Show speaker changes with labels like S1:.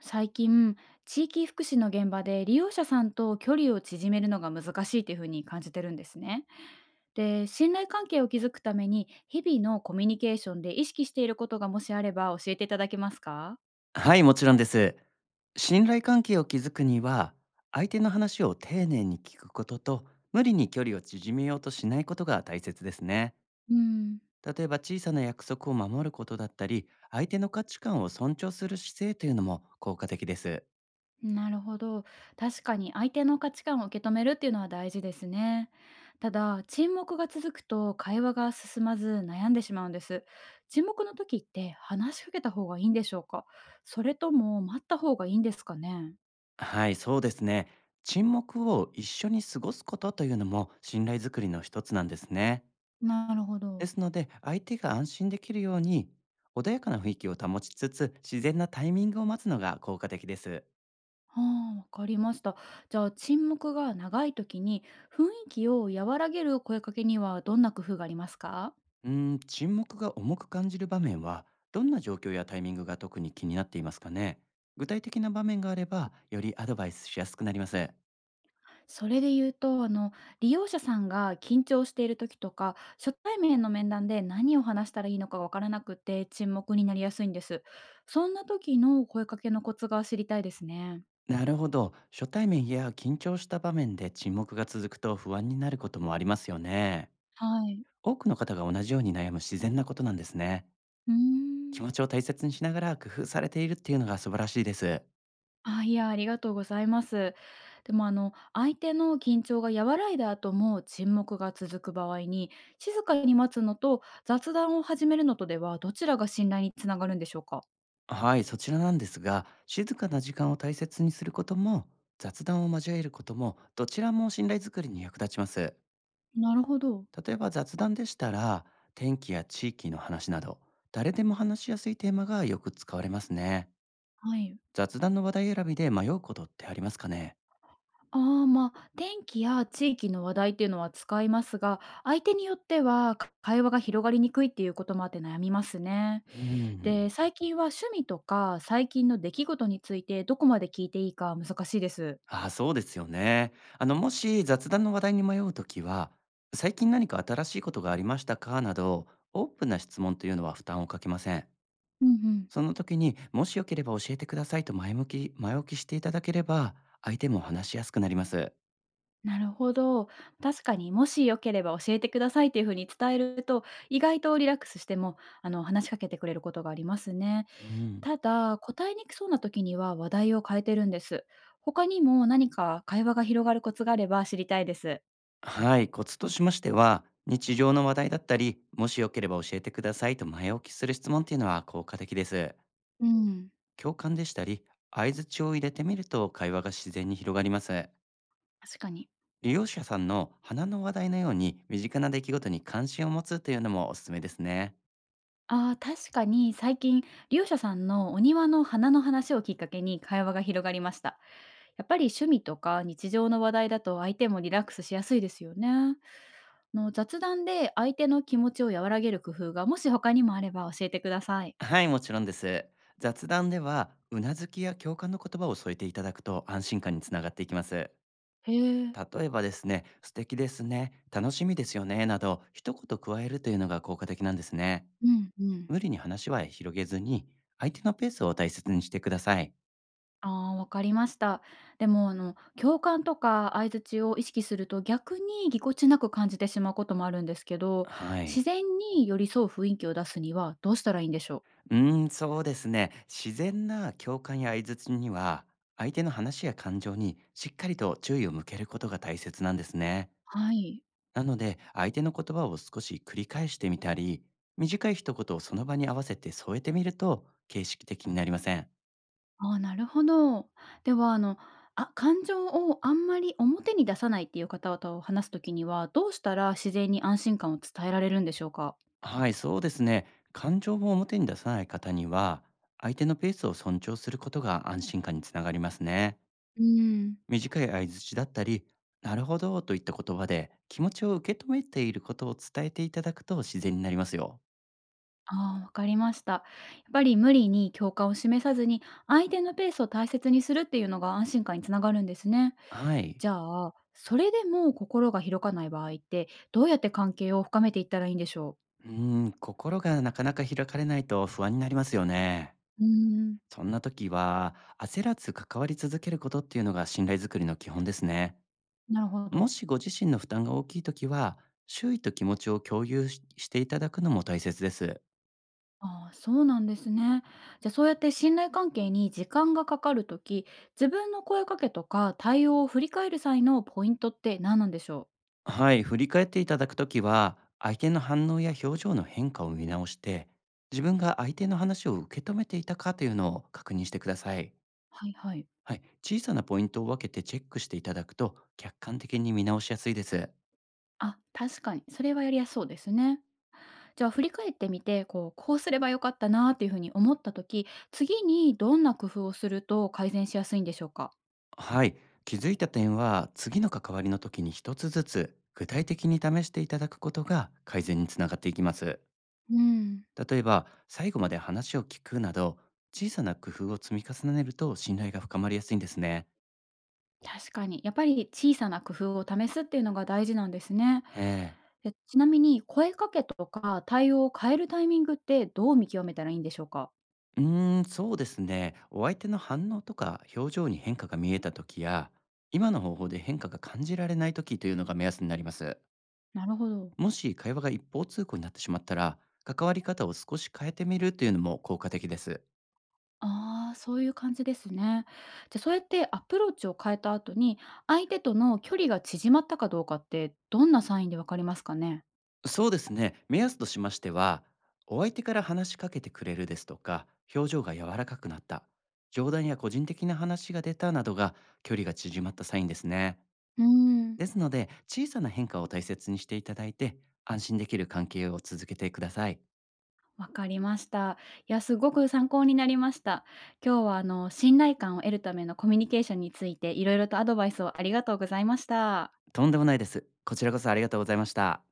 S1: 最近地域福祉の現場で利用者さんと距離を縮めるのが難しいというふうに感じてるんですね。で、信頼関係を築くために日々のコミュニケーションで意識していることがもしあれば教えていただけますか？
S2: はい、もちろんです。信頼関係を築くには、相手の話を丁寧に聞くことと、無理に距離を縮めようとしないことが大切ですね。
S1: うん、
S2: 例えば小さな約束を守ることだったり、相手の価値観を尊重する姿勢というのも効果的です。
S1: なるほど、確かに相手の価値観を受け止めるっていうのは大事ですね。ただ沈黙が続くと会話が進まず悩んでしまうんです。沈黙の時って話しかけた方がいいんでしょうか？それとも待った方がいいんですかね？
S2: はい、そうですね。沈黙を一緒に過ごすことというのも信頼づくりの一つなんですね。
S1: なるほ
S2: で
S1: ど。
S2: すので、相手が安心できるように、穏やかな雰囲気を保ちつつ、自然なタイミングを待つのが効果的です。
S1: ああ、わかりました。じゃあ、沈黙が長い時に雰囲気を和らげる声かけにはどんな工夫がありますか？
S2: 沈黙が重く感じる場面は、どんな状況やタイミングが特に気になっていますかね。具体的な場面があれば、よりアドバイスしやすくなります。
S1: それで言うと、利用者さんが緊張している時とか、初対面の面談で何を話したらいいのかわからなくて沈黙になりやすいんです。そんな時の声かけのコツが知りたいですね。
S2: なるほど。初対面や緊張した場面で沈黙が続くと不安になることもありますよね。
S1: はい。
S2: 多くの方が同じように悩む自然なことなんですね。
S1: うー
S2: 気
S1: ん。
S2: 持ちを大切にしながら工夫されているっていうのが素晴らしいです。
S1: あ、いや、ありがとうございます。でも相手の緊張が和らいだ後も沈黙が続く場合に、静かに待つのと雑談を始めるのとでは、どちらが信頼につながるんでしょうか？
S2: はい、そちらなんですが、静かな時間を大切にすることも、雑談を交えることも、どちらも信頼づくりに役立ちます。
S1: なるほど。
S2: 例えば雑談でしたら、天気や地域の話など、誰でも話しやすいテーマがよく使われますね。
S1: はい。
S2: 雑談の話題選びで迷うことってありますかね。
S1: ああ、まあ、天気や地域の話題っていうのは使いますが、相手によっては、か会話が広がりにくいっていうこともあって悩みますね。
S2: うん。
S1: で、最近は趣味とか、最近の出来事についてどこまで聞いていいか難しいです。
S2: ああ、そうですよね。もし雑談の話題に迷うときは、最近何か新しいことがありましたかなど、オープンな質問というのは負担をかけません。
S1: うんうん。
S2: その時にもしよければ教えてくださいと前置きしていただければ、相手も話しやすくなります。
S1: なるほど。確かに、もしよければ教えてくださいっていう風に伝えると、意外とリラックスしても、話しかけてくれることがありますね。
S2: うん。
S1: ただ、答えにくそうな時には話題を変えてるんです。他にも何か会話が広がるコツがあれば知りたいです。
S2: はい、コツとしましては、日常の話題だったり、もしよければ教えてくださいと前置きする質問っていうのは効果的です。
S1: うん。
S2: 共感でしたり、相槌を入れてみると会話が自然に広がります。
S1: 確かに。
S2: 利用者さんの花の話題のように身近な出来事に関心を持つというのもおすすめですね。
S1: ああ、確かに最近、シ者さんのお庭の花の話をきっかけに会話が広がりました。やっぱり趣味とか日常の話題だと相手もリラックスしやすいですよね。あの雑談で相手の気持ちを和らげる工夫がもし他にもあれば教えてください。
S2: はい、もちろんです。雑談では、うなずきや共感の言葉を添えていただくと安心感につながっていきます。
S1: へえ。
S2: 例えばですね、素敵ですね、楽しみですよね、など、一言加えるというのが効果的なんですね。
S1: うんうん。
S2: 無理に話は広げずに、相手のペースを大切にしてください。
S1: ああ、わかりました。でも、共感とか相槌を意識すると逆にぎこちなく感じてしまうこともあるんですけど、
S2: はい。
S1: 自然に寄り添う雰囲気を出すにはどうしたらいいんでしょう？
S2: そうですね。自然な共感や相槌には、相手の話や感情にしっかりと注意を向けることが大切なんですね。
S1: はい。
S2: なので、相手の言葉を少し繰り返してみたり、短い一言をその場に合わせて添えてみると、形式的になりません。
S1: ああ、なるほど。では、感情をあんまり表に出さないっていう方と話すときには、どうしたら自然に安心感を伝えられるんでしょうか？
S2: はい、そうですね。感情を表に出さない方には、相手のペースを尊重することが安心感につながりますね。
S1: うーん。
S2: 短い相槌だったり、なるほどといった言葉で気持ちを受け止めていることを伝えていただくと自然になりますよ。
S1: ああ、わかりました。やっぱり無理に共感を示さずに、相手のペースを大切にするっていうのが安心感につながるんですね。
S2: はい。
S1: じゃあ、それでも心が広がない場合って、どうやって関係を深めていったらいいんでしょう？
S2: うー心がなかなか開かれないと不安になりますよね。
S1: うーん。
S2: そんな時は、焦らず関わり続けることっていうのが信頼づくりの基本ですね。
S1: なるほ
S2: も
S1: ど。
S2: しご自身の負担が大きいときは、周囲と気持ちを共有ししていただくのも大切です。
S1: ああ、そうなんですね。じゃあそうやって信頼関係に時間がかかるとき、自分の声かけとか対応を振り返る際のポイントって何なんでしょう？
S2: はい、振り返っていただくときは、相手の反応や表情の変化を見直して、自分が相手の話を受け止めていたかというのを確認してください。
S1: はいはい。
S2: はい、小さなポイントを分けてチェックしていただくと、客観的に見直しやすいです。
S1: あ、確かに。それはやりやすそうですね。じゃあ振り返ってみて、こう、こうすればよかったなっていうふうに思ったとき、次にどんな工夫をすると改善しやすいんでしょうか？
S2: はい、気づいた点は、次の関わりの時に一つずつ、具体的に試していただくことが改善につながっていきます。
S1: うん。
S2: 例えば、最後まで話を聞くなど、小さな工夫を積み重ねると信頼が深まりやすいんですね。
S1: 確かに。やっぱり小さな工夫を試すっていうのが大事なんですね。
S2: ええ。
S1: え、ちなみに声かけとか対応を変えるタイミングってどう見極めたらいいんでしょうか？
S2: そうですね。お相手の反応とか表情に変化が見えた時や、今の方法で変化が感じられない時というのが目安になります。
S1: なるほど。
S2: もし会話が一方通行になってしまったら、関わり方を少し変えてみるというのも効果的です。
S1: ああ、そういう感じですね。じゃあ、そうやってアプローチを変えた後に、相手との距離が縮まったかどうかって、どんなサインでわかりますかね？
S2: そうですね。目安としましては、お相手から話しかけてくれるですとか、表情が柔らかくなった、冗談や個人的な話が出たなどが距離が縮まったサインですね。
S1: うーん、
S2: ですので、小さな変化を大切にしていただいて、安心できる関係を続けてください。
S1: わかりました。いや、すごく参考になりました。今日は信頼感を得るためのコミュニケーションについて、いろいろとアドバイスをありがとうございました。
S2: とんでもないです。こちらこそありがとうございました。